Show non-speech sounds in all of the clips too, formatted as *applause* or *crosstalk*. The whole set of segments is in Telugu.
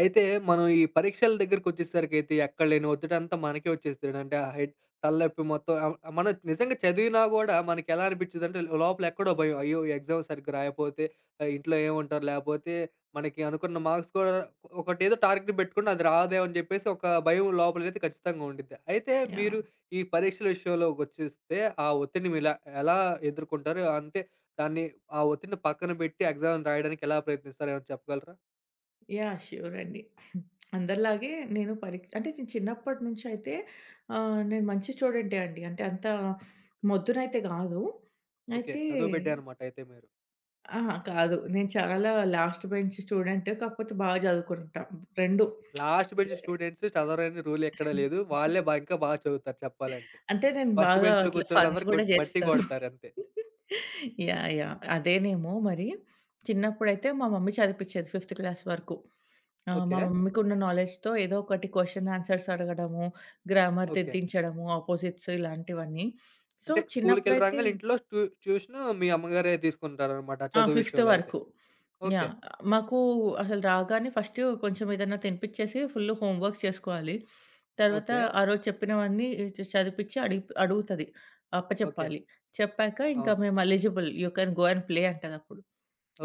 అయితే మనం ఈ పరీక్షల దగ్గరికొచ్చేసరికైతే ఎక్కడలేని ఒత్తిడంతా మనకే వచ్చేస్తాది. అంటే ఆ హెడ్ తలనొప్పి మొత్తం మనం నిజంగా చదివినా గూడా మనకెలా అనిపిచ్చిదంటే లోపల ఎక్కడో భయం. అయ్యో! ఎగ్జామ్ సరిగ్గా రాయపోతే ఇంట్లో ఏమంటారు? లేపోతే మనకి అనుకున్న మార్క్స్ కూడా ఒకటేదో టార్గెట్ పెట్టుకుని అది రాదేమో అని జెప్పేసి ఒక భయం లోపలైతే ఖచ్చితంగా ఉండిద్ది. అయితే యాహ్! మీరు ఈ పరీక్షల విషయంలోకొచ్చేస్తే ఆ ఒత్తిడిని మీలా ఎలా ఎదుర్కుంటారు? అంటే దాన్ని ఆ ఒత్తిడిని పక్కన పెట్టి ఎగ్జామ్ రాయడానికి ఎలా ప్రయత్నిస్తారు? ఏమైనా చెప్పగలరా? యాహ్! ష్యూర్ అండి. అందరిలాగే నేను పరీక్ష అంటే నేను చిన్నప్పటి నుంచి అయితే నేను మంచి స్టూడెంటే అండి. అంటే అంత మొద్దునైతే గాదు. ఓకే. అయితే చదువు బిడ్డే అనమాట అయితే మీరు. అహా! కాదు. నేను చాలా లాస్ట్ బెంచ్ స్టూడెంట్. కాకపోతే బాగా చదువుకుంటా. 2 ఓకే. లాస్ట్ బెంచ్ స్టూడెంట్స్ చదవరని రూల్ ఎక్కడా లేదు. వాళ్ళే బా ఇంకా బా చదువుతారు చెప్పాలంటే. అంటే నేను ఫస్ట్ బాగా బెంచ్‌లో అట్లా ఫన్ కూర్చున్నోళ్ళందరూ *laughs* గూడా కొట్ బట్టి జేస్తాను. కొడతారంతే. ఎ యాహ్! అదేనేమో మరి. చిన్నప్పుడైతే మా మమ్మీ చదివిపిచ్చేది ఫిఫ్త్ క్లాస్ వరకు. మా ఓకే. మమ్మీకున్న నాలెడ్జ్‌తో ఏదో ఒకటి క్వెషన్ ఆన్సర్స్ అడగడము, గ్రామర్ ఓకే. దిద్దించడము, అపోజిట్స్ ఇలాంటివన్నీ. సో, అంటే స్కూలుకెళ్ళి చిన్నప్పుడైతే రాంగానే ఇంట్లో ట్యూ ట్యూషను మీ అమ్మగారే తీసుకుంటారనమాట ఆ! చదువు ఫిఫ్త్ విషయంలో అయితే. వరకు. ఓకే. యాహ్! మాకు అసలు రాగానే ఫస్ట్ కొంచెం ఏదన్నా తినిపిచ్చేసి ఫుల్ హోమ్ వర్క్స్ చేసుకోవాలి. తర్వాత ఓకే. ఆ రోజు చెప్పినవన్నీ చదివిపిచ్చి అడిగి అడుగుతది. ఓకే. అప్పచెప్పాలి. చెప్పాక ఇంకా అవును. మేము eligible you can go and play అంటదప్పుడు.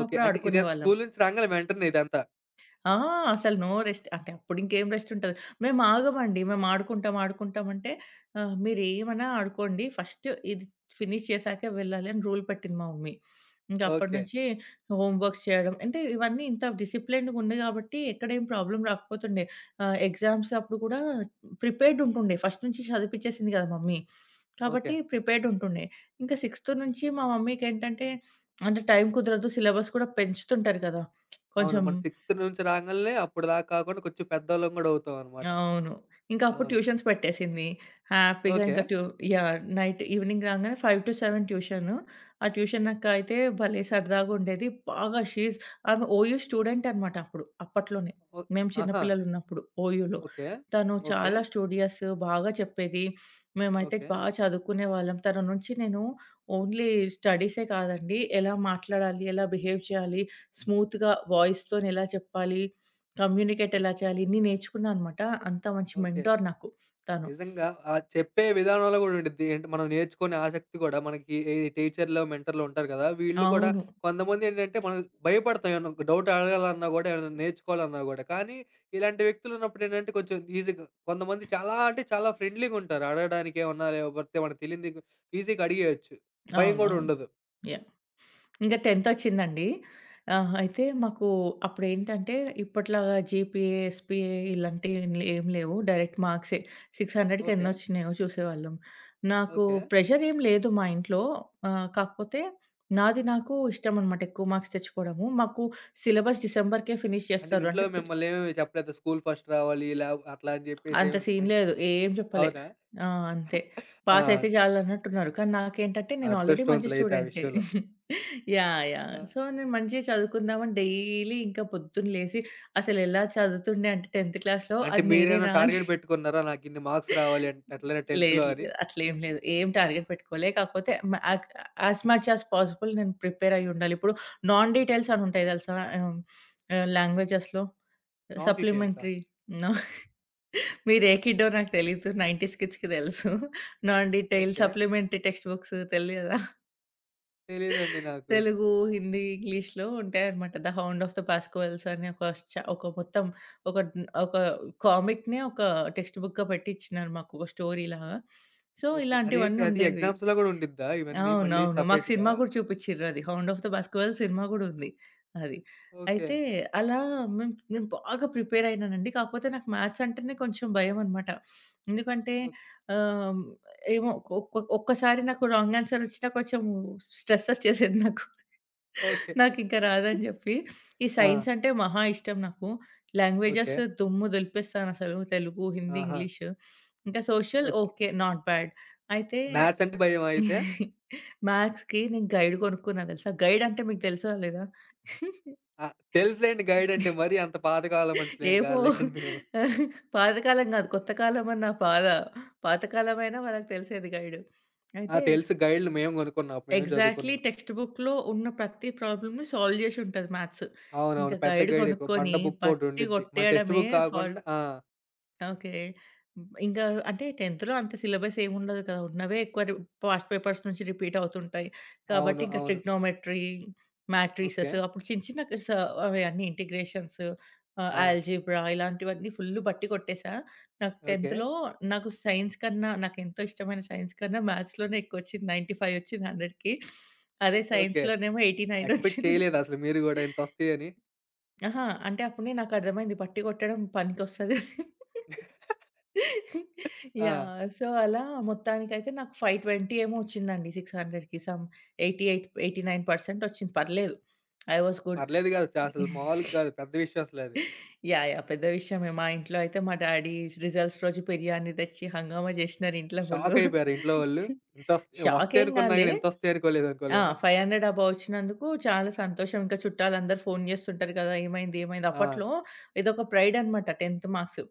ఓకే. అప్పుడు అంటే ఇదే ఆడుకునేవాళ్ళం. స్కూలు నుంచి రాంగానే వెంటనే ఇదంతా. ఆ! అసలు నో రెస్ట్. అంటే అప్పుడింకేం రెస్ట్ ఉంటది. మేము ఆగమండి. మేము ఆడుకుంటాం, ఆడుకుంటాం అంటే మీరేమన్నా ఆడుకోండి. ఫస్ట్ ఇది ఫినిష్ చేశాకే వెళ్ళాలి అని రూల్ పెట్టింది మా మమ్మీ. ఇంక అప్పటి ఓకే. నుంచి హోమ్ వర్క్స్ చేయడం. అంటే ఇవన్నీ ఇంత డిసిప్లిన్డ్‌గా ఉంది కాబట్టి ఎక్కడేం ప్రాబ్లమ్ రాకపోతుండే. ఎగ్జామ్స్ అప్పుడు కూడా ప్రిపేర్డ్ ఉంటుండే. ఫస్ట్ నుంచి చదివిపిచ్చేసింది కదా మమ్మీ. ఓకే. కాబట్టి ప్రిపేర్డ్ ఉంటుండే. ఇంకా సిక్స్త్ నుంచి మా మమ్మీకేంటంటే అంటే టైం కుదరదు. సిలబస్ కూడా పెంచుతుంటారు కదా! అవును. కొంచెం మనం సిక్స్త్ నుంచి రాంగాలనే అప్పటిదాకా కాకుండా కొంచెం పెద్దోళ్ళం గూడా అవుతామనమాట. అవును. ఇంకా అప్పుడు అవును. ట్యూషన్స్ పెట్టేసింది. హ్యాపీగా ఓకే. ఇంకా యాహ్! నైట్ ఈవినింగ్ రాంగానే 5-7 ట్యూషను. ఆ ట్యూషన్ అక్క అయితే భలే సరదాగుండేది. బాగా షీ ఈజ్ ఆమె ఓయూ స్టూడెంట్ అనమాట అప్పుడు. అప్పట్లోనే. ఓహ్! మేము చిన్న ఆహా! పిల్లలున్నప్పుడు ఓయూలో. ఓకే. తను ఓకే. చాలా స్టూడియస్ బాగా చెప్పేది. మేమైతే ఓకే. బాగా చదువుకునేవాళ్ళం. తన నుంచి నేను ఓన్లీ స్టడీసే కాదండి, ఎలా మాట్లాడాలి, ఎలా బిహేవ్ చేయాలి, స్మూత్‌గా వాయిస్‌తోని ఎలా చెప్పాలి కమ్యూనికేట్ ఓక్ ఎలా చేయాలి? ఇన్ని నేర్చుకున్నా అనమాట. అంత మంచి ఓకే. మెంటార్ నాకు తను. నిజంగా ఆ చెప్పే విధానంలో గూడా ఉండిద్ది. ఏంటి మనం నేర్చుకునే ఆసక్తి గూడా మనకి ఈ టీచర్‌లు, మెంటర్‌లు ఉంటారు గదా! వీళ్ళు కూడా అవును. కొంతమందేంటంటే మనం భయపడతాం ఏమన్నా ఒక డౌట్ అడగాలన్నా గూడా, ఏమన్నా నేర్చుకోవాలన్నా గూడా. కానీ ఇలాంటి వ్యక్తులున్నప్పుడు ఏంటంటే కొంచెం ఈజీగా కొంతమంది చాలా అంటే చాలా ఫ్రెండ్లీగుంటారు. అడగడానికి ఏమన్నా లేకపోతే మనకు తెలియనిది ఈజీగా అడిగేయొచ్చు. భయం అవును. గూడా అవును. ఉండదు. యాహ్! ఇంకా 10థ్ వచ్చిందండి. అయితే మాకు అప్పుడేంటంటే ఇప్పట్లాగా జీపీఏ, ఎస్‌పీఏ ఇలాంటివి ఏం లేవు. డైరెక్ట్ మార్క్సే. 600కి ఓకే. ఎన్నొచ్చినాయో చూసేవాళ్ళం. నాకు ఓకే. ప్రెషర్ ఏం లేదు మా ఇంట్లో. కాకపోతే నాది నాకు ఇష్టమనమాట ఎక్కువ మార్క్స్ తెచ్చుకోవడము. మాకు సిలబస్ డిసెంబర్‌కే ఫినిష్ అంటే చేస్తారు. ఇంట్లో అంటే మిమ్మల్నేమి చెప్పలేదా? స్కూల్ ఫస్ట్ రావాలి ఇలా అట్లా అని జెప్పేసి అంత ఏమి సీన్ లేదు. ఏం చెప్పలే. అవునా? ఆ! అంతే. పాస్ ఆ! అయితే చాలన్నట్టున్నారు. కానీ నాకేంటంటే నేను ఆల్రెడీ మంచి అదృష్టవంతులైతే ఆ స్టూడెంటే. విషయంలో. యాహ్! ఆ! సో, నేను మంచిగా చదువుకుందామని డైలీ ఇంకా పొద్దున్న లేసి అసలెలా చదువుతుండే అంటే 10థ్ క్లాస్‌లో అంటే అది మీరేమైనా నేనేనా అని టార్గెట్ పెట్టుకున్నారా? నాకిన్ని మార్క్స్ రావాలి అంటే ఎట్లైనా 10థ్‌లో లేదు. అని? లేదు. అట్లేం లేదు. ఏం టార్గెట్ పెట్టుకోలే. కాకపోతే మ యాక్ యాస్ మచ్ యాస్ పాసిబుల్ నేను ప్రిపేర్ అయ్యుండాలి. ఇప్పుడు నాన్ డీటెయిల్స్ అని ఉంటాయి తెలుసా? ఆహ్, ఆహ్, లాంగ్వేజెస్‌లో నాన్ డీటెయిల్సా? సప్లిమెంటరీ. మీరు ఏ కిడ్డో నాకు తెలీదు. 90స్ కిడ్స్‌కి తెలుసు. Non detail okay. Supplementary text books తెలియదా? తెలీదండి నాకు. తెలుగు, హిందీ, ఇంగ్లీష్‌లో ఉంటాయన్నమాట. 'The hound of the Baskervilles' అని ఒక చ ఒక మొత్తం ఒక ఒక కామిక్‌నే ఒక టెక్స్ట్ బుక్‌గా పెట్టి ఇచ్చినారు మాకు ఒక స్టోరీ లాగా. So, okay. అదేంటి ఇలాంటివన్నీ అది ఉండేవి. ఎగ్జామ్స్‌లో గూడా ఉండిద్దా ఇవన్నీ మళ్ళీ అవునవును. మాకు సెపరేట్‌గా? సినిమా కూడా చూపిచ్చిర్రది. 'Hound of the Baskerville' cinema గూడా ఉంది. అది. ఓకే. అయితే అలా నేను బాగా ప్రిపేర్ అయినానండి. కాకపోతే నాకు మ్యాథ్స్ అంటేనే కొంచెం భయమనమాట. ఎందుకంటే ఓక్ ఆహ్, ఏమో ఒక్కసారి నాకు రాంగ్ ఆన్సర్ వచ్చినా కొంచెం స్ట్రెస్ వచ్చేసేది నాకు. ఓకే. నాకింక రాదని జెప్పి. ఈ ఆ! సైన్స్ అంటే మహా ఇష్టం నాకు. ఓకే. లాంగ్వేజెస్ దుమ్ము దులిపేస్తానసలు. తెలుగు, హిందీ, ఆహా! ఇంగ్లీషు. ఇంకా social okay. Okay. Not bad. అయితే మ్యాథ్స్ అంటే భయమా అయితే? *laughs* మ్యాథ్స్‌కి నేను గైడ్ కొనుక్కున్నా తెలుసా! గైడ్ అంటే మీకు తెలుసో లేదా? *laughs* ఆ! తెలుసులెండి గైడ్ అంటే మరీ అంత పాతకాలం మనుషులేం ఏమో గాదులే కానీ మేము. పాతకాలం కాదు. కొత్త కాలం అన్న బాధ. పాతకాలమైనా వాళ్ళకి తెలిసేది గైడ్. ఆ! అయితే తెలుసు గైడ్‌లు మేము కొనుక్కున్నాం. అప్పుడు మేము ఎగ్జాక్ట్‌లీ చదువుకున్నాం. టెక్స్ట్ బుక్‌లో ఉన్న ప్రతి ప్రాబ్లమ్‌ని సాల్వ్ జేసి ఉంటది మ్యాథ్స్. అవునవును. ఇంకా పెద్ద గైడ్ గైడే కొ బండ కొనుక్కొని బుక్ ఒకటి బట్టి ఉండిద్ది. మన టెక్స్ట్ కొట్టేయడమే బుక్ ఫార్ కాకుండా ఆ! ఓకే. ఇంకా అంటే 10థ్‌లో అంత సిలబస్ ఏముండదు కదా! ఉన్నవే ఎక్కువ పాస్ట్ పేపర్స్ నుంచి రిపీట్ అవుతుంటాయి. కాబట్టి అవును. ఇంకా అవును. Trigonometry, okay. మ్యాట్రిసెస్ అప్పుడు చిన్న చిన్న స అవి అన్నీ ఇంటిగ్రేషన్స్ అవును. ఆల్జీబ్రా ఇలాంటివన్నీ ఫుల్ బట్టి కొట్టేసా. నాకు ఓకే. 10థ్‌లో నాకు సైన్స్ కన్నా నాకెంతో ఇష్టమైన సైన్స్ కన్నా మ్యాథ్స్‌లోనే ఎక్కువొచ్చింది. 95 వచ్చింది 100కి. అదే ఓకే. సైన్స్‌లోనేమో 89 ఎక్స్‌పెక్ట్ వచ్చింది. చేయలేదు అసలు మీరు గూడా ఇంతొస్తాయని. అహా! అంటే అప్పుడే నాకు అర్థమైంది బట్టి కొట్టడం పనికొస్తది. *laughs* ఆ! యాహ్! సో, అలా మొత్తానికైతే నాకు 520 ఏమో వచ్చిందండి. 600కి సమ్ 88, 89% వచ్చింది. పర్లేదు. I was good. పర్లేదు కాదు. చ అసలు మామూలుగా *laughs* కాదు. పెద్ద విషయం అసలది. యాహ్! పెద్ద విషయమే. మా ఇంట్లో అయితే మా డ్యాడీ రిజల్ట్స్ రోజు బిర్యానీ తెచ్చి హంగామా చేసినారు ఇంట్లో షాక్ ఫుల్లు. అయిపోయారు ఇంట్లో వాళ్ళు. ఇంతొస్ షాక్ *laughs* వస్తాయి ఏం అనుకున్నా కాలే. గాని ఇంతొస్తాయి అనుకోలేదు ఆ! అనుకోలేదా? 500 అబోవ్ వచ్చినందుకు చాలా సంతోషం. ఇంకా చుట్టాలందరూ ఫోను చేస్తుంటారు కదా! ఏమైంది? ఏమైంది? ఆ! అప్పట్లో ఇదొక ప్రైడ్ అనమాట 10థ్ మార్క్స్.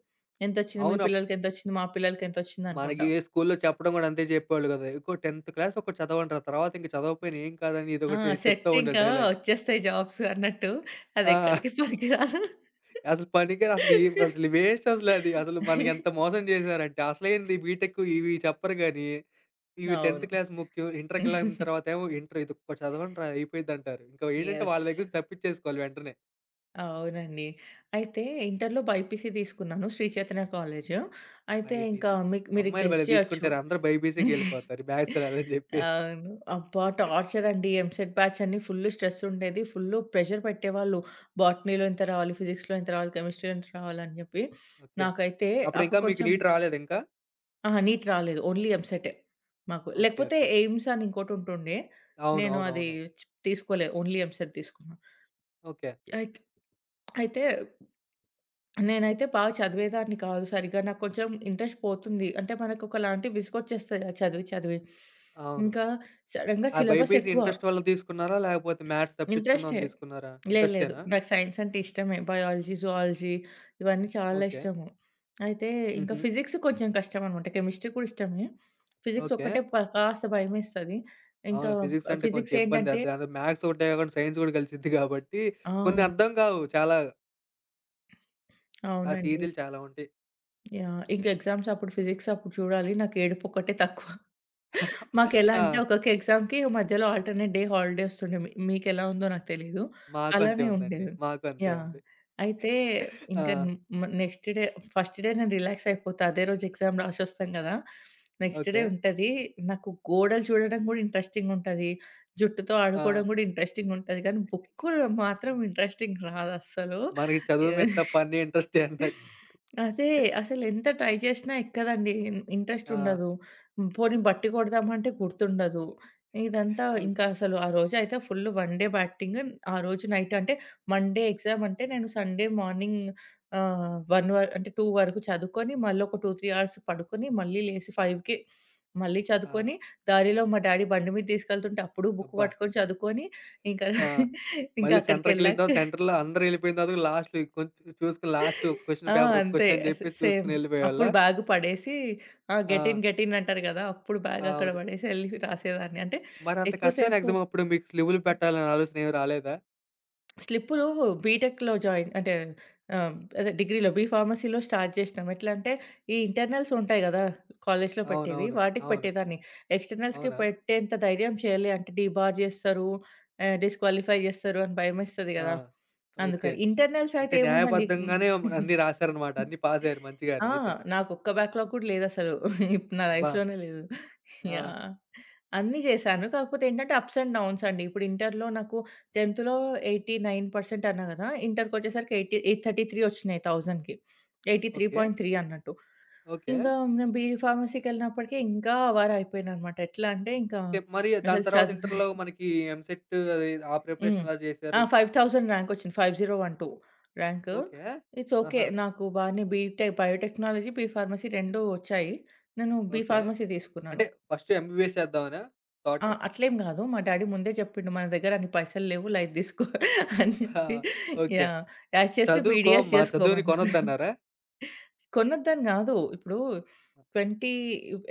ఎంతొచ్చింది? మీ అవును. పిల్లలకి ఎంతొచ్చింది? మా పిల్లలకి ఎంతొచ్చింది? మనకి అనుకుంటా. స్కూల్‌లో చెప్పడం గూడా అంతే చెప్పేవాళ్ళు కదా! ఇంకో 10థ్ క్లాస్ ఒకటి చదవండ్రా! తర్వాత ఇంక చదవకపోయినా ఏం కాదని ఆ! ఇదొకటి చెప్తా సెట్ ఉండేవాళ్ళు ఇంకా డైలాగ్. వచ్చేస్తాయి జాబ్స్ అన్నట్టు. ఆ! అదెక్కడికి పనికిరాదు. అసలు పనికిరా అసలు ఈ అసలు వేస్ట్ అసలది. అసలు మనకెంత మోసం జేసారంటే, అసలేంది బీటెక్ ఇవి చెప్పరు గానీ, ఇవి 10థ్ అవును. క్లాస్ ముఖ్యం. ఇంటర్‌కెళ్ళిన తర్వాతేమో ఇంటర్ ఇదొక్కటి చదవండిరా అయిపోయిద్దంటారు. ఇంకా ఏంటంటే యెస్. వాళ్ళ దగ్గర నుంచి తప్పించేసుకోవాలి వెంటనే. అవునండి. అయితే ఇంటర్‌లో బైపీసీ తీసుకున్నాను శ్రీ చైతన్య కాలేజ్. అయితే ఇంకా బైపీసీ. మీకు మీరు అమ్మాయిలు గెస్ భలే చేయొచ్చు. తీసుకుంటారు. అందరూ బైపీసీకెళ్ళిపోతారు. మ్యాథ్స్ రాదని జెప్పేసి. అవును. అబ్బా! టార్చర్ అండి. ఎంసెట్ బ్యాచ్ అని ఫుల్ స్ట్రెస్ ఉండేది. ఫుల్ ప్రెషర్ పెట్టేవాళ్ళు. బోటనీలో ఇంత రావాలి, ఫిజిక్స్‌లో ఇంత రావాలి, కెమిస్ట్రీలో ఇంత రావాలి అని జెప్పి. ఓకే. నాకైతే అప్పుడింకా అప్పుడు మీకు కొంచెం నీట్ రాలేదింకా? అహా! నీట్ రాలేదు. ఓన్లీ ఎంసెటే మాకు. ఓకే. లేకపోతే ఓకే. ఎయిమ్స్ అని ఇంకోటుంటుండే. అవును. నేను అది అవునవునవును. తీసుకోలేదు. ఓన్లీ ఎంసెట్ తీసుకున్నా. ఓకే. అయిత్ అయితే నేనైతే బాగా చదివేదాన్ని కాదు సరిగ్గా. నాకు కొంచెం ఇంట్రెస్ట్ పోతుంది. అంటే మనకొకలాంటి విసుగొచ్చేస్తది ఆ చదివి చదివి. అవును. ఇంకా సడెన్‌గా ఆ సిలబస్ బైపీసీ ఎక్కువ. ఇంట్రెస్ట్ వల్ల తీసుకున్నారా? లేకపోతే మ్యాథ్స్ ఇంట్రెస్టే. తప్పించుకుందామని తీసుకున్నారా? లేదు లేదు. ఇంట్రెస్టేనా? నాకు సైన్స్ అంటే ఇష్టమే. బయాలజీ, జువాలజీ ఇవన్నీ చాలా ఓకే. ఇష్టము. అయితే ఇంకా హుహు. ఫిజిక్స్ కొంచెం కష్టమనమాట. కెమిస్ట్రీ కూడా ఇష్టమే. Physics okay. ఒక్కటే కాస్త భయమేస్తది. ఇంకా అవును. ఫిజిక్స్ అంటే కొంచెం ఫిజిక్స్ ఇబ్బంది. ఏంటంటే అది అందులో మ్యాథ్స్ ఒకటే కాకుండా సైన్స్ కూడా కలిసిద్ది కాబట్టి ఆ! కొన్ని అర్థం కావు చాలా. ఆ అవునండి. థియరీలు చాలా ఉంటాయి. యాహ్! ఇంక ఎగ్జామ్స్ అప్పుడు ఫిజిక్స్ అప్పుడు చూడాలి. నాకు ఏడుపొక్కటే తక్కువ. మాకెలా *laughs* ఆ! అంటే ఒక్కొక్క ఎగ్జామ్‌కి మధ్యలో ఆల్టర్‌నేట్ డే హాలిడే వస్తుండే. మీకెలా ఉందో నాకు తెలీదు. మాకు అంతే అలానే ఉందండి. ఉండేది. మాకు అంతే యాహ్! ఉంది. అయితే ఇంకా ఆ! నెక్స్ట్ డే ఫస్ట్ డే నేను రిలాక్స్ అయిపోతా. అదే రోజు ఎగ్జామ్ రాసొస్తాం కదా! Next day okay. ఉంటది. నాకు గోడలు చూడడం కూడా ఇంట్రెస్టింగ్ ఉంటది. జుట్టుతో ఆ! ఆడుకోవడం కూడా ఇంట్రెస్టింగ్ ఉంటది. కానీ బుక్కులు మాత్రం ఇంట్రెస్టింగ్ రాదస్సలు. మనకి చదువు మీద తప్ప అన్నీ ఇంట్రెస్టే అన్నట్టు. అదే. అసలెంత ట్రై చేషినా ఎక్కదండి. ఆ! ఇంట్రెస్టుండదు. హ్మ్. పోనీ బట్టి కొడదామంటే గుర్తుండదు. ఇదంతా ఓహ్! ఇంకా అసలు ఆ రోజైతే ఫుల్లు వన్ డే బ్యాటింగ్. ఆ రోజు నైట్ అంటే మండే ఎగ్జామంటే నేను సండే మార్నింగ్ 1 వ అంటే 2 వరకు చదువుకొని మళ్ళొక 2, 3 అవర్స్ పడుకొని మళ్ళీ లేసి 5కి మళ్ళీ ఆ! చదువుకొని దారిలో మా డ్యాడీ బండి మీద తీసుకెళ్తుంటే అప్పుడు బుక్ అబ్బా! పట్టుకొని చదువుకొని ఇంకా ఆ! ఇంకా మళ్ళీ సెంటర్‌కెళ్ళిన అక్కడికెళ్ళాక తర్వాత సెంటర్‌లో అందరూ వెళ్ళిపోయిన తర్వాత లాస్ట్‌లో కొంచెం చూసుకొని లాస్ట్ ఒక క్వెషన్ ఆ! పేపర్, ఒక అంతే. క్వెషన్ అని చెప్పేసి సేమ్. చూసుకొని అప్పుడు వెళ్ళిపోయేవాళ్ళా? బ్యాగ్ పడేసి ఆ! ఆ! గెట్ ఇన్, గెట్ ఇన్ అంటారు గదా! అప్పుడు బ్యాగ్ ఆ, అక్కడ అవును. పడేసి ఎళ్లి రాసేదాన్ని. అంటే మరి అంత కష్టమైన ఎక్కువసేపు ఎగ్జామ్ అప్పుడు మీకు స్లీవ్‌లు పెట్టాలనే ఆలోచన ఏమి రాలేదా? స్లిప్పులు బీటెక్‌లో జాయిన్ అంటే ఆహ్, అదే డిగ్రీలో బి ఫార్మసీలో స్టార్ట్ చేసినాం. ఎట్లా అంటే ఈ ఇంటర్నల్స్ ఉంటాయి గదా! కాలేజ్‌లో పెట్టేవి. అవునవును. వాటికి అవును. పెట్టేదాన్ని. ఎక్స్టర్నల్స్‌కి అవునా? పెట్టేంత ధైర్యం చేయలే. అంటే డీబార్ చేస్తారు, డిస్‌క్వాలిఫై చేస్తారు అని భయమేస్తది ఆ! గదా! ఓకే. అందుకని. ఇంటర్నల్స్ అంటే అయితే ఏముందండి హ్మ్. న్యాయబద్ధంగానే అన్నీ రాశారనమాట. అన్నీ పాసయ్యారు ఆ! మంచిగానే అయితే. నాకొక్క బ్యాక్‌లాగ్ కూడా లేదసలు. నా అబ్బా! లైఫ్‌లోనే లేదు. ఆ! యాహ్! అన్నీ చేశాను. కాకపోతే ఏంటంటే అప్స్ అండ్ డౌన్స్ అండి. ఇప్పుడు ఇంటర్‌లో నాకు 10థ్‌లో 89% అన్నా కదా! ఇంటర్‌కొచ్చేసరికి ఎయిటీ ఎయిట్ థర్టీ త్రీ వచ్చినాయి 1000కి. ఓకే. 83.3 అన్నట్టు. ఓకే. ఇంకా నేను బీఈడీ ఫార్మసీకెళ్ళినప్పటికి ఇంకా అవర్ అయిపోయాననమాట. ఎట్లా అంటే ఇంకా ఓకే. మరి దాని అసలు తర్వాత చదువు ఇంటర్‌లో మనకి ఎంసెట్ అది ఆ హ్మ్. ప్రిపరేషన్ ఎలా ఆ! చేశారు? 5000 ర్యాంక్ వచ్చింది. 5012 ర్యాంకు. ఓకే. It's okay. ఆహా! నాకు బానే బీటెక్ బయోటెక్నాలజీ, బీ ఫార్మసీ 2 వచ్చాయి. నేను బీ ఓకే. ఫార్మసీ అంటే తీసుకున్నాను. ఫస్ట్ ఎంబీబీఎస్ చేద్దామనా ఆ! థాట్? అట్లేం గాదు. మా డ్యాడీ ముందే చెప్పిండు మన దగ్గర అన్ని పైసలు లేవు లైట్ తీసుకో అని చెప్పి *laughs* ఓకే. యాహ్! యాజ్ చేస్తే బీడీఎస్ చదువుకోమ్మా, చదువుని జేసుకోమన్నాడు. కొనొద్దన్నారా? కొనొద్దని గాదు. ఇప్పుడు 20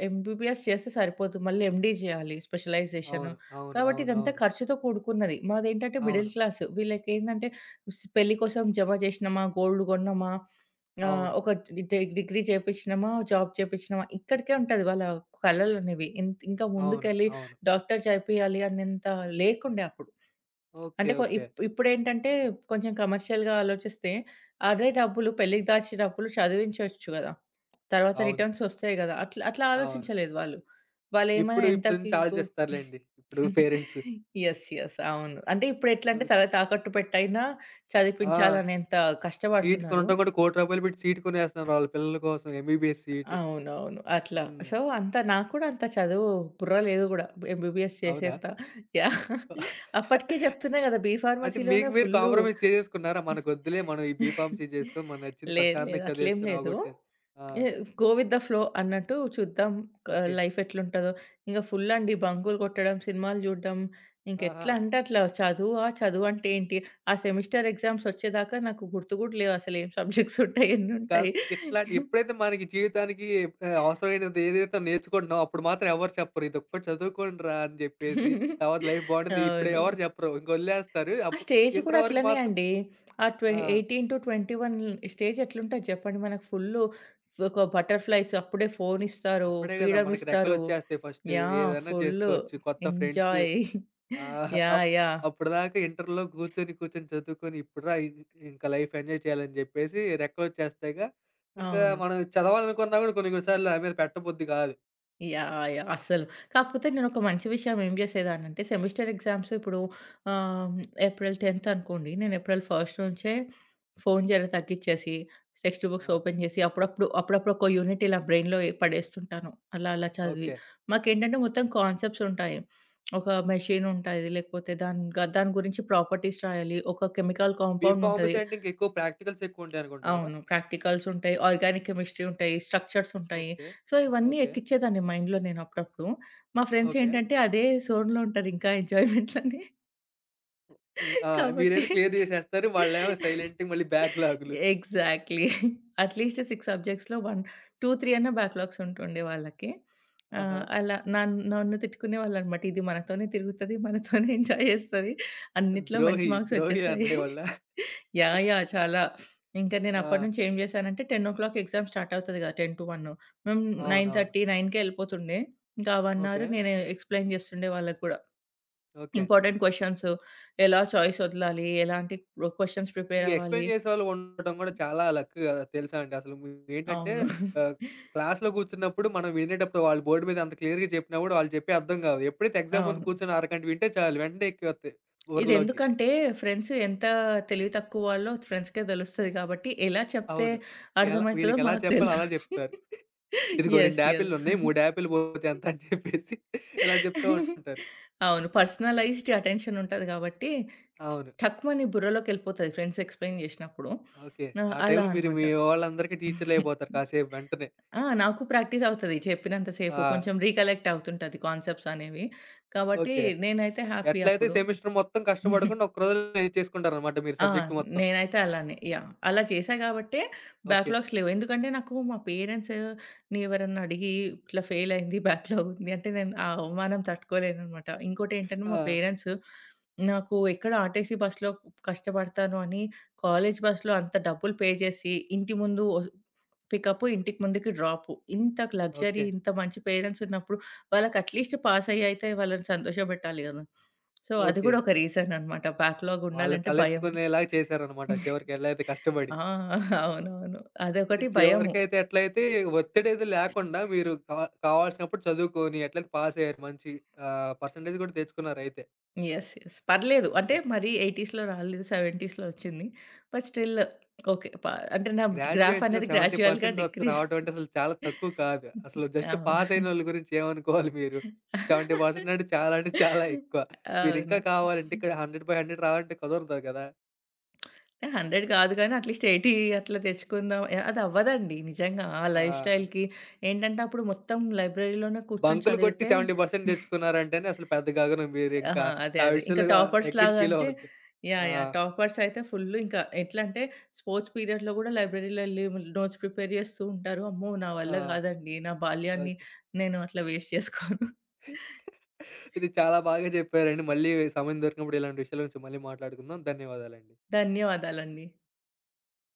ఎంబీబీఎస్ చేస్తే సరిపోదు. మళ్ళీ ఎండీ జేయాలి స్పెషలైజేషను. అవును. అవును. కాబట్టి అవును. ఇదంతా అవును. ఖర్చుతో కూడుకున్నది. మాదేంటంటే అవును. Middle class. వీళ్ళకేందంటే పెళ్లి కోసం జమ జేసినమా, గోల్డ్ గొన్నమా, అవును. ఒక డిగ్రీ చేపిచ్చినమా, జాబ్ చేపిచ్చినమా ఇక్కడికే ఉంటది వాళ్ళ కలలనేవి. ఇంకా అవును. ముందుకెళ్ళి అవును. డాక్టర్ చేపియాలి అనేంత లేకుండే అప్పుడు. ఓకే. అంటే కొ ఓకే. ఇప్ ఇప్పుడేంటంటే కొంచెం కమర్షియల్‌గా ఆలోచిస్తే, అదే డబ్బులు పెళ్ళికి దాచిన డబ్బులు చదివించొచ్చు గదా! తర్వాత అవును. రిటర్న్స్ ఒస్తాయి గదా! అట్లా అట్లా అవును. ఆలోచించలేదు వాళ్ళు. వాళ్ళేమైనా ఇప్పుడు ఇప్పుడు ఎంతకి నుంచి గు ఆలోచిస్తారులెండి. ఇప్పుడు పేరెంట్స్. *laughs* యెస్. యెస్. అవును. అంటే ఇప్పుడెట్లంటే ఓహ్! తల తాకట్టు పెట్టైనా ఆ! చదివిపించాలనేంత సీట్ కష్టపడుతున్నారు. కొనటం కూడా ₹1,00,00,000 పెట్టి సీట్ కొనేస్తున్నారు వాళ్ళ పిల్లల కోసం ఎంబీబీఎస్ సీట్. అవునవును. అట్లా. హ్మ్. సో, అంత నాకు కూడా అంత చదువు బుర్ర లేదు గూడా. ఎంబీబీఎస్ అవునా? చేసేంత యాహ్! *laughs* అప్పటికే చెప్తున్నా గదా! అంటే మీకు బీఫార్మసీలోనే మీరు ఫుల్లు కాంప్రమైజ్ చేసేసుకున్నారా? లేదు. మనకొద్దులే మనం ఈ బీఫార్మసీ చేసుకొని మనకు నచ్చింది లేదు. ప్రశాంతంగా అట్లేం చదివేసుకొని లేదు. అవగొట్టేసి ఆ! A go with the flow అన్నట్టు చూద్దాం. ఓకే. లైఫ్ ఎట్లుంటదో. ఇంక ఫుల్ అండి బంకులు కొట్టడం, సినిమాలు చూడడం, ఆహా! ఇంకెట్లా అంటే అట్లా చదువా? చదువంటే ఏంటి? ఆ సెమిస్టర్ ఎగ్జామ్స్ వచ్చేదాకా నాకు గుర్తు గూడా లేవు అసలు ఏం సబ్జెక్ట్స్ ఉంటాయి? కాదు ఎన్నుంటాయి? ఇట్లాంటి ఎప్పుడైతే మనకి జీవితానికి అవసరమైనది ఏదైతే నేర్చుకుంటున్నామో అప్పుడు మాత్రం ఎవరు చెప్పరు. ఇదొక్కటి చదువుకోండిరా అని జెప్పేసి తర్వాత లైఫ్ *laughs* బావుంటుంది. ఇప్పుడు అవును. ఎవరు చెప్పరు. ఇంక వదిలేస్తారు. ఆ అప్పుడు స్టేజ్ కూడా ఇంటర్ వరకు అట్లనే మాత్రం అండి. ఆ ఆ! 18-21 స్టేజ్ ఎట్లుంటది జెప్పండి. మనకు ఫుల్లు ఒక బటర్‌ఫ్లైస్ అప్పుడే ఫోన్ ఇస్తారు. అప్పుడే గదా! ఫ్రీడమ్ మనకి ఇస్తారు. రెక్కలొచ్చేస్తాయి ఫస్టు. యాహ్! ఏదన్నా ఫుల్లు చేసుకోవచ్చు. కొత్త friends enjoy. Ah, yeah! Up yeah! అప్పటిదాకా ఇంటర్‌లో కూర్చొని, కూర్చొని చదువుకొని ఇప్పుడురా ఇంకా లైఫ్ ఎంజాయ్ చేయాలని జెప్పేసి రెక్కలొచ్చేస్తాయిగా. ఇంకా అవును. మనం చదవాలనుకున్నా గూడా కొన్ని కొన్ని సార్లు దాని మీద పెట్టబుద్ధి కాదు. యాహ్! అస్సలు. కాకపోతే నేనొక మంచి విషయం ఏం జేసేదాన్నంటే సెమిస్టర్ ఎగ్జామ్స్ ఇప్పుడు ఆహ్, ఏప్రిల్ 10థ్ అనుకోండి. నేను ఏప్రిల్ 1 నుంచే ఫోను జర తగ్గిచ్చేసి, టెక్స్ట్ ఆ! బుక్స్ ఓపెన్ జేసి అప్పుడప్పుడు, అప్పుడప్పుడు ఒక యూనిట్ ఇలా బ్రెయిన్‌లో పడేస్తుంటాను. అలా అలా చదివి. ఓకే. మాకేంటంటే మొత్తం కాన్సెప్ట్స్ ఉంటాయి. ఒక మెషిన్ ఉంటది. లేకపోతే దాని గురించి ప్రాపర్టీస్ రాయాలి. ఒక ఓకే. కెమికల్ కాంపౌండ్ ఉంటది. బీఫార్మసీ అంటే ఇంకెక్కువ ప్రాక్టికల్స్ ఎక్కువుంటాయనుకుంట గదా! అవును. ప్రాక్టికల్స్ ఉంటాయి. ఆర్గానిక్ కెమిస్ట్రీ ఉంటాయి. స్ట్రక్చర్స్ ఉంటాయి. ఓకే. సో, ఇవన్నీ ఓకే. ఎక్కిచ్చేదాన్ని మైండ్‌లో నేను అప్పుడప్పుడు. మా ఫ్రెండ్స్ ఓకే. ఏంటంటే అదే జోన్‌లో ఉంటారు ఇంకా ఎంజాయ్‌మెంట్‌లోనే. హ్మ్. ఆ! *laughs* కాబట్టి మీరేది క్లియర్ జేసేస్తారు. వాళ్ళేమో సైలెంట్‌గా మళ్ళీ బ్యాక్‌లాగులు. ఎగ్జాక్ట్‌లీ. అట్‌లీస్ట్ 6 సబ్జెక్ట్స్‌లో 1, 2, 3 అన్నా బ్యాక్‌లాగ్స్ ఉంటుండే వాళ్ళకి. ఆహా! అలా నన్ను తిట్టుకునేవాళ్ళనమాట. ఇది మనతోనే తిరుగుతది, మనతోనే ఎంజాయ్ చేస్తది. అన్నిట్లో మంచి ద్రోహి. మార్క్స్ ద్రోహి వచ్చేసాయి. అన్నయ్య వాళ్ళా? యాహ్! చాలా. ఇంకా నేను ఆ! అప్పటినుంచి ఏం చేశానంటే 10:00 ఎగ్జామ్ స్టార్ట్ అవుతది కదా! 10-1. మేము 9:30, అవునవును. 9కే ఎళ్ళిపోతుండే. ఇంకా ఆ 1 ఓకే. అవర్ నేను ఎక్స్‌ప్లెయిన్ చేస్తుండే వాళ్ళకి కూడా. ఓకే. ఇంపార్టెంట్ క్వెషన్స్ ఎలా చాయిస్ వదలాలి? ఎలాంటి క్వెషన్స్ ఈ ప్రిపేర్ అవ్వాలి? ఎక్స్‌ప్లెయిన్ చేసేవాళ్ళు ఉండటం గూడా చాలా లక్ గదా! తెలుసా అండి. అసలు మీరేంటంటే అవును. ఆహ్, క్లాస్‌లో కూర్చున్నప్పుడు మనం వినేటప్పుడు వాళ్ళు బోర్డ్ మీద అంత క్లియర్‌గా చెప్పినా గూడా వాళ్ళు చెప్పేవి అర్థం కావు. ఎప్పుడైతే ఎగ్జామ్ ముందు అవును. కూర్చొని అరగంట వింటే చాలు వెంటనే ఎక్కిపోతాయి బుర్రలోకి. ఇదెందుకంటే ఫ్రెండ్స్ ఎంత తెలివి తక్కువ వాళ్ళో ఫ్రెండ్స్‌కే తెలుస్తది కాబట్టి ఎలా చెప్తే అవును. ఎలా అర్థమైతదో వీళ్ళకెలా మాకు చెప్పాలో తెలుసు. అలా చెప్తారు. ఇదిగో 2 యెస్. యెస్. యాపిల్లున్నాయి. 3 యాపిల్ పోతే ఎంత అని చెప్పేసి ఇలా చెప్తా ఉంటారు. అవును. పర్సనలైజ్డ్ అటెన్షన్ ఉంటది కాబట్టి అవును. టక్కుమని బుర్రలోకెళ్ళిపోతది ఫ్రెండ్స్ ఎక్స్‌ప్లెయిన్ జేసినప్పుడు. ఓకే. ఆ! ఆ అలా టైంలో మీరు అన్నమాట. మీ వాళ్ళందరికీ టీచర్‌లయిపోతారు కాసేపు వెంటనే. ఆ! నాకు ప్రాక్టీస్ అవుతది. చెప్పినంత సేపు ఆ! కొంచెం రికలెక్ట్ అవుతుంటది కాన్సెప్ట్స్ అనేవి. కాబట్టి ఓకే. నేనైతే హ్యాపీ ఎట్లయితే అప్పుడు. సెమిస్టర్ మొత్తం కష్టపడకుండా ఒక్క రోజులో చేసుకుంటారనమాట మీరు ఆ! సబ్జెక్ట్ మొత్తం. నేనైతే అలానే. యాహ్! అలా చేశా గాబట్టే ఓకే. బ్యాక్‌లాగ్స్ లేవు. ఎందుకంటే నాకు మా పేరెంట్స్ ని ఎవరన్నా అడిగి ఇట్లా ఫెయిల్ అయింది బ్యాక్‌లాగ్ ఉంది అంటే నేను ఆ అవమానం తట్టుకోలేననమాట. ఇంకోటేంటంటే మా ఆ! పేరెంట్స్ నాకు ఎక్కడ ఆర్‌టీసీ బస్‌లో కష్టపడతాను అని కాలేజ్ బస్‌లో అంత డబ్బులు పే చేసి ఇంటి ముందు పికప్ ఇంటికి ముందుకి డ్రాప్. ఇంత లగ్జరీ ఓకే. ఇంత మంచి పేరెంట్స్ ఉన్నప్పుడు వాళ్ళకి అట్‌లీస్ట్ పాస్ అయ్యి అయితే వాళ్ళని సంతోషపెట్టాలి గదా! సో, అది ఓకే. గూడా ఒక అట్ రీజన్ అనమాట. బ్యాక్‌లాగ్ వాళ్ళ ఉండాలంటే భయం. తలెత్తుకునేలాగా చేశారనమాట చివరికి ఎట్లయితే కష్టపడి. ఆ! అవునవును. అయితే అదొకటి భయము. చివరికైతే ఎట్లయితే ఒత్తిడైతే లేకుండా మీరు కావాల్సినప్పుడు చదువుకొని ఎట్లయితే పాసయ్యారు మంచి పర్సెంటేజ్ కూడా తెచ్చుకున్నారైతే. యెస్. యెస్. పర్లేదు. అంటే ఓకే. మరీ 80స్‌లో రాలేదు. 70స్‌లో వచ్చింది. But still okay. అంటే నా గ్రాఫ్ గ్రాడ్యుయేషన్‌లో అనేది గ్రాడ్యుయల్‌గా 70% వస్తు డిక్రీజ్ రావడం అంటే అసలు చాలా తక్కువ కాదు. అసలు *laughs* జస్ట్ అవును. పాస్ అయినోళ్ళ గురించి ఏమనుకోవాలి మీరు. 70% అంటే చాలా అంటే చాలా ఎక్కువ. మీరింకా అవును. కావాలంటే ఇక్కడ 100/100 రావాలంటే కుదరదు కదా! 100 కాదు గానీ అట్‌లీస్ట్ 80 అట్లా తెచ్చుకుందాం. అది అవ్వదండి నిజంగా. ఆ లైఫ్ ఆహ్, అదే స్టైల్‌కి ఏంటంటే అప్పుడు మొత్తం లైబ్రరీలోనే కూర్చొని బంకులు కొట్టి చదివితే 70% తెచ్చుకున్నారంటేనే అసలు పెద్ద గగనం మీరింకా. ఆహా! అదే. ఆ అదే. ఇంకా విషయంలో రిగ్రెట్ టాపర్స్‌లాగా ఫీల్ అంటే అవ్వద్దు. ఆ! యాహ్! టాపర్స్ అయితే ఫుల్లు ఇంకా ఎట్లంటే స్పోర్ట్స్ పీరియడ్‌లో గూడా లైబ్రరీలో ఎళ్లి నోట్స్ ప్రిపేర్ జేస్తూ ఉంటారు. అమ్మో! నా ఆ! వల్ల గాదండి. నా బాల్యాన్ని ఓకే. నేను అట్లా వేస్ట్ చేసుకోను. ఇది చాలా బాగా చెప్పారండి. మళ్ళీ సమయం దొరికినప్పుడు ఇలాంటి విషయాల గురించి మళ్ళీ మాట్లాడుకుందాం. ధన్యవాదాలండి. ధన్యవాదాలండి.